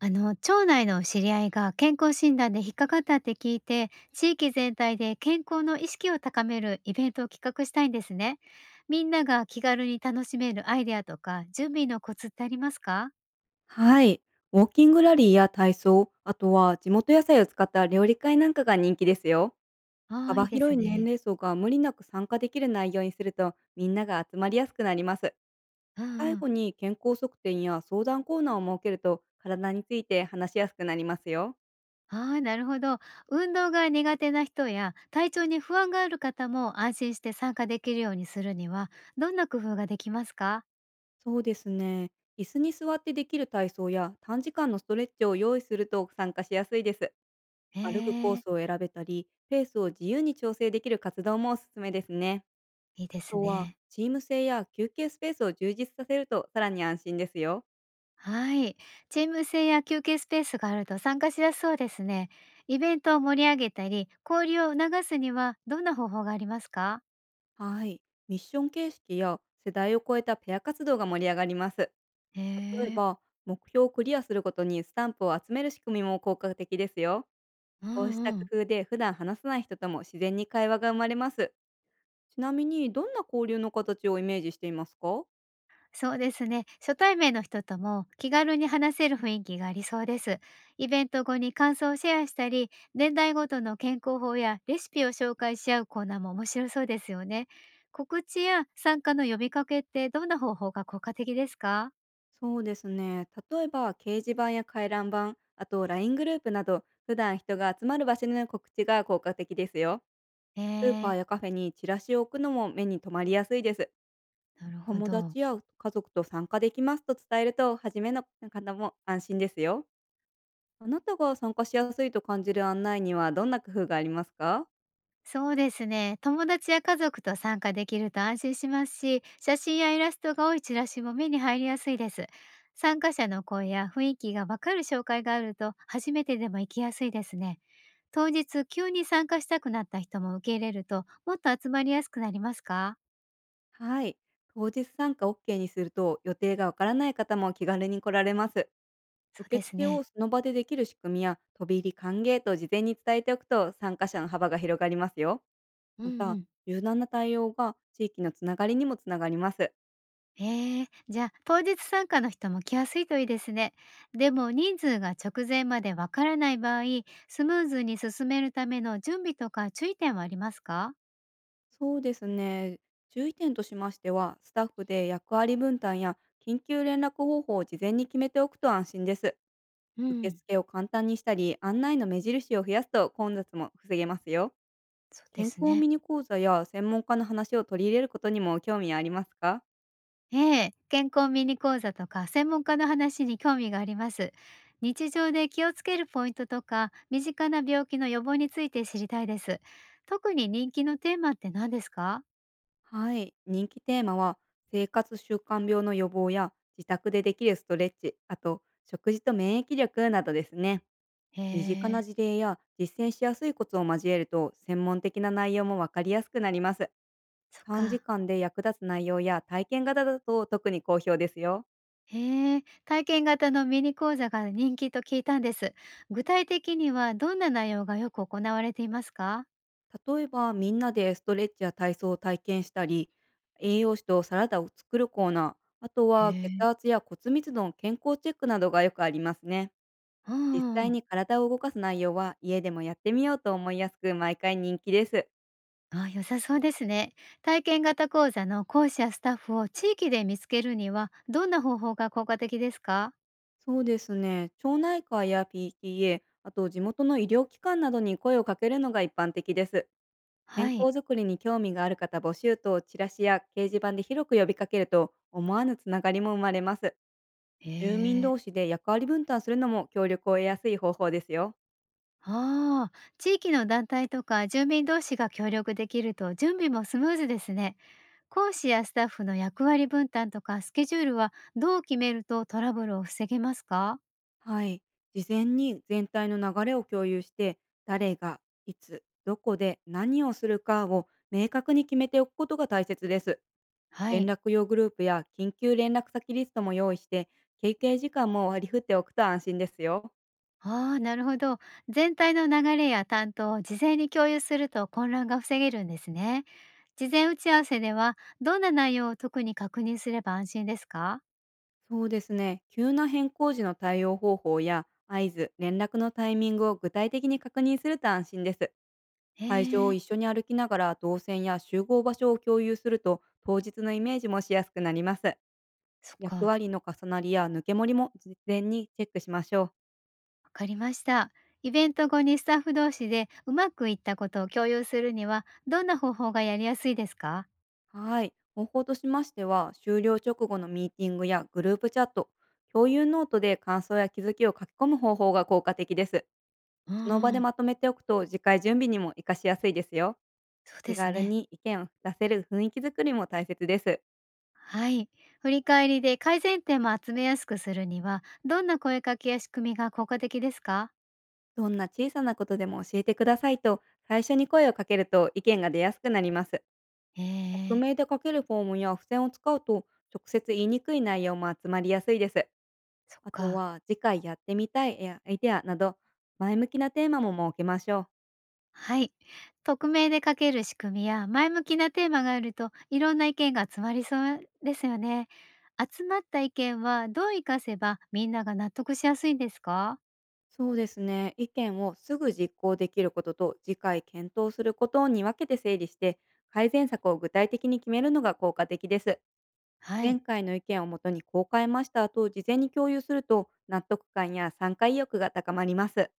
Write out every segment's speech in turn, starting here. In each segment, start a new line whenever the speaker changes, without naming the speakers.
町内の知り合いが健康診断で引っかかったって聞いて、地域全体で健康の意識を高めるイベントを企画したいんですね。みんなが気軽に楽しめるアイデアとか準備のコツってありますか？
はい。ウォーキングラリーや体操、あとは地元野菜を使った料理会なんかが人気ですよ。
ああー、い
幅
いです
広い年
ね。
齢層が無理なく参加できる内容にすると、みんなが集まりやすくなります。
うん
最
うん。
後に健康測定や相談コーナーを設けると、体について話しやすくなりますよ。
ああー、なるほど。運動が苦手な人や体調に不安がある方も安心して参加できるようにするには、どんな工夫ができますか？
そうですね。椅子に座ってできる体操や短時間のストレッチを用意すると参加しやすいです。歩くコー
えー、
スを選べたり、ペースを自由に調整できる活動もおすすめですね。
いいで
あ
す
とは、
ね。
チーム制や休憩スペースを充実させるとさらに安心ですよ。
はい。チーム制や休憩スペースがあると参加しやすそうですね。イベントを盛り上げたり、交流を促すにはどんな方法がありますか？
はい。ミッション形式や世代を超えたペア活動が盛り上がります。
へ
例え
え、
ば、目標をクリアすることにスタンプを集める仕組みも効果的ですよ。
う
こうし
ん
た
う
工
ん。
夫で普段話さない人とも自然に会話が生まれます。ちなみに、どんな交流の形をイメージしていますか？
そうですね。初対面の人とも気軽に話せる雰囲気がありそうです。イベント後に感想をシェアしたり、年代ごとの健康法やレシピを紹介し合うコーナーも面白そうですよね。告知や参加の呼びかけってどんな方法が効果的ですか？
そうですね。例えば、掲示板や回覧板、あとライングループなど、普段人が集まる場所での告知が効果的ですよ。
え
スーパー
ー、
やカフェにチラシを置くのも目に留まりやすいです。
なるほ
友
ど。
達や家族と参加できますと伝えると、初めの方も安心ですよ。あなたが参加しやすいと感じる案内にはどんな工夫がありますか？
そうですね。友達や家族と参加できると安心しますし、写真やイラストが多いチラシも目に入りやすいです。参加者の声や雰囲気がわかる紹介があると、初めてでも行きやすいですね。当日、急に参加したくなった人も受け入れると、もっと集まりやすくなりますか？
はい。当日参加 OK にすると、予定がわからない方も気軽に来られます。
そう
受
です
付を
ね。
その場でできる仕組みや、飛び入り歓迎と事前に伝えておくと、参加者の幅が広がりますよ。
うん
ま
う
た、
ん。
柔軟な対応が地域のつながりにもつながります。
ええ、じゃあ当日参加の人も来やすいといいですね。でも人数が直前までわからない場合、スムーズに進めるための準備とか注意点はありますか？
そうですね。注意点としましては、スタッフで役割分担や緊急連絡方法を事前に決めておくと安心です。
う
受
ん、
付を簡単にしたり、案内の目印を増やすと混雑も防げますよ。
そうで
健
す
康ミ
ね。
ニ講座や専門家の話を取り入れることにも興味ありますか？
ええ、健康ミニ講座とか専門家の話に興味があります。日常で気をつけるポイントとか、身近な病気の予防について知りたいです。特に人気のテーマって何ですか？
はい。人気テーマは、生活習慣病の予防や自宅でできるストレッチ、あと食事と免疫力などですね。
へ
身近な
え、
事例や実践しやすいコツを交えると専門的な内容もわかりやすくなります。
そっ
短時
か。
間で役立つ内容や体験型だと特に好評ですよ。
へえ、体験型のミニ講座が人気と聞いたんです。具体的にはどんな内容がよく行われていますか？
例えばみんなでストレッチや体操を体験したり、栄養士とサラダを作るコーナー、あと
へ
は血
え。
圧や骨密度の健康チェックなどがよくありますね。
う
実
んう
際
ん。
に体を動かす内容は家でもやってみようと思いやすく毎回人気です。
あ、良さそうですね。体験型講座の講師やスタッフを地域で見つけるにはどんな方法が効果的ですか？
そうですね。町内会や PTA、あと地元の医療機関などに声をかけるのが一般的です。
は
健
い。
康づくりに興味がある方募集とチラシや掲示板で広く呼びかけると思わぬつながりも生まれます。
へ
住民
え。
同士で役割分担するのも協力を得やすい方法ですよ。
ああ、地域の団体とか住民同士が協力できると準備もスムーズですね。講師やスタッフの役割分担とかスケジュールはどう決めるとトラブルを防げますか？
はい。事前に全体の流れを共有して、誰がいつどこで何をするかを明確に決めておくことが大切です。
は
連
い。
絡用グループや緊急連絡先リストも用意して、休憩時間も割り振っておくと安心ですよ。
ああ、なるほど。全体の流れや担当を事前に共有すると混乱が防げるんですね。事前打ち合わせではどんな内容を特に確認すれば安心ですか？
そうですね。急な変更時の対応方法や合図、連絡のタイミングを具体的に確認すると安心です。
え
会場を
ー、
一緒に歩きながら動線や集合場所を共有すると当日のイメージもしやすくなります。
そっ
役
か。
割の重なりや抜け盛りも事前にチェックしましょう。
わかりました。イベント後にスタッフ同士でうまくいったことを共有するにはどんな方法がやりやすいですか？
はい。方法としましては、終了直後のミーティングやグループチャット、共有ノートで感想や気づきを書き込む方法が効果的です。
うー
その場で
ん、
まとめておくと、次回準備にも活かしやすいですよ。
そう
気
です
軽
ね。
に意見を出せる雰囲気づくりも大切です。
はい。振り返りで改善点も集めやすくするには、どんな声かけや仕組みが効果的ですか？
どんな小さなことでも教えてくださいと、最初に声をかけると意見が出やすくなります。
へ
匿
ー、
名で書けるフォームや付箋を使うと、直接言いにくい内容も集まりやすいです。
そっ
あと
か。
は次回やってみたいアイデアなど、前向きなテーマも設けましょう。
はい。匿名で書ける仕組みや前向きなテーマがあるといろんな意見が集まりそうですよね。集まった意見はどう活かせばみんなが納得しやすいんですか？
そうですね。意見をすぐ実行できることと次回検討することに分けて整理して、改善策を具体的に決めるのが効果的です。
は
前
い。
回の意見をもとにこう変えましたと事前に共有すると、納得感や参加意欲が高まります。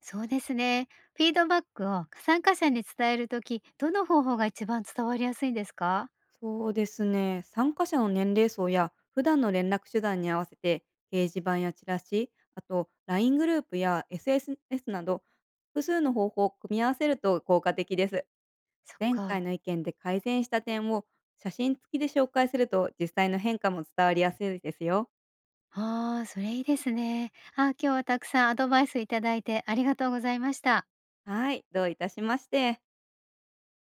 そうですね。フィードバックを参加者に伝えるとき、どの方法が一番伝わりやすいんですか？
そうですね。参加者の年齢層や普段の連絡手段に合わせて、掲示板やチラシ、あと LINE グループや SNS など、複数の方法を組み合わせると効果的です。
そっ
前回
か。
の意見で改善した点を写真付きで紹介すると、実際の変化も伝わりやすいですよ。
ああ、それいいですね。今日はたくさんアドバイスいただいてありがとうございました。
はい、どういたしまして。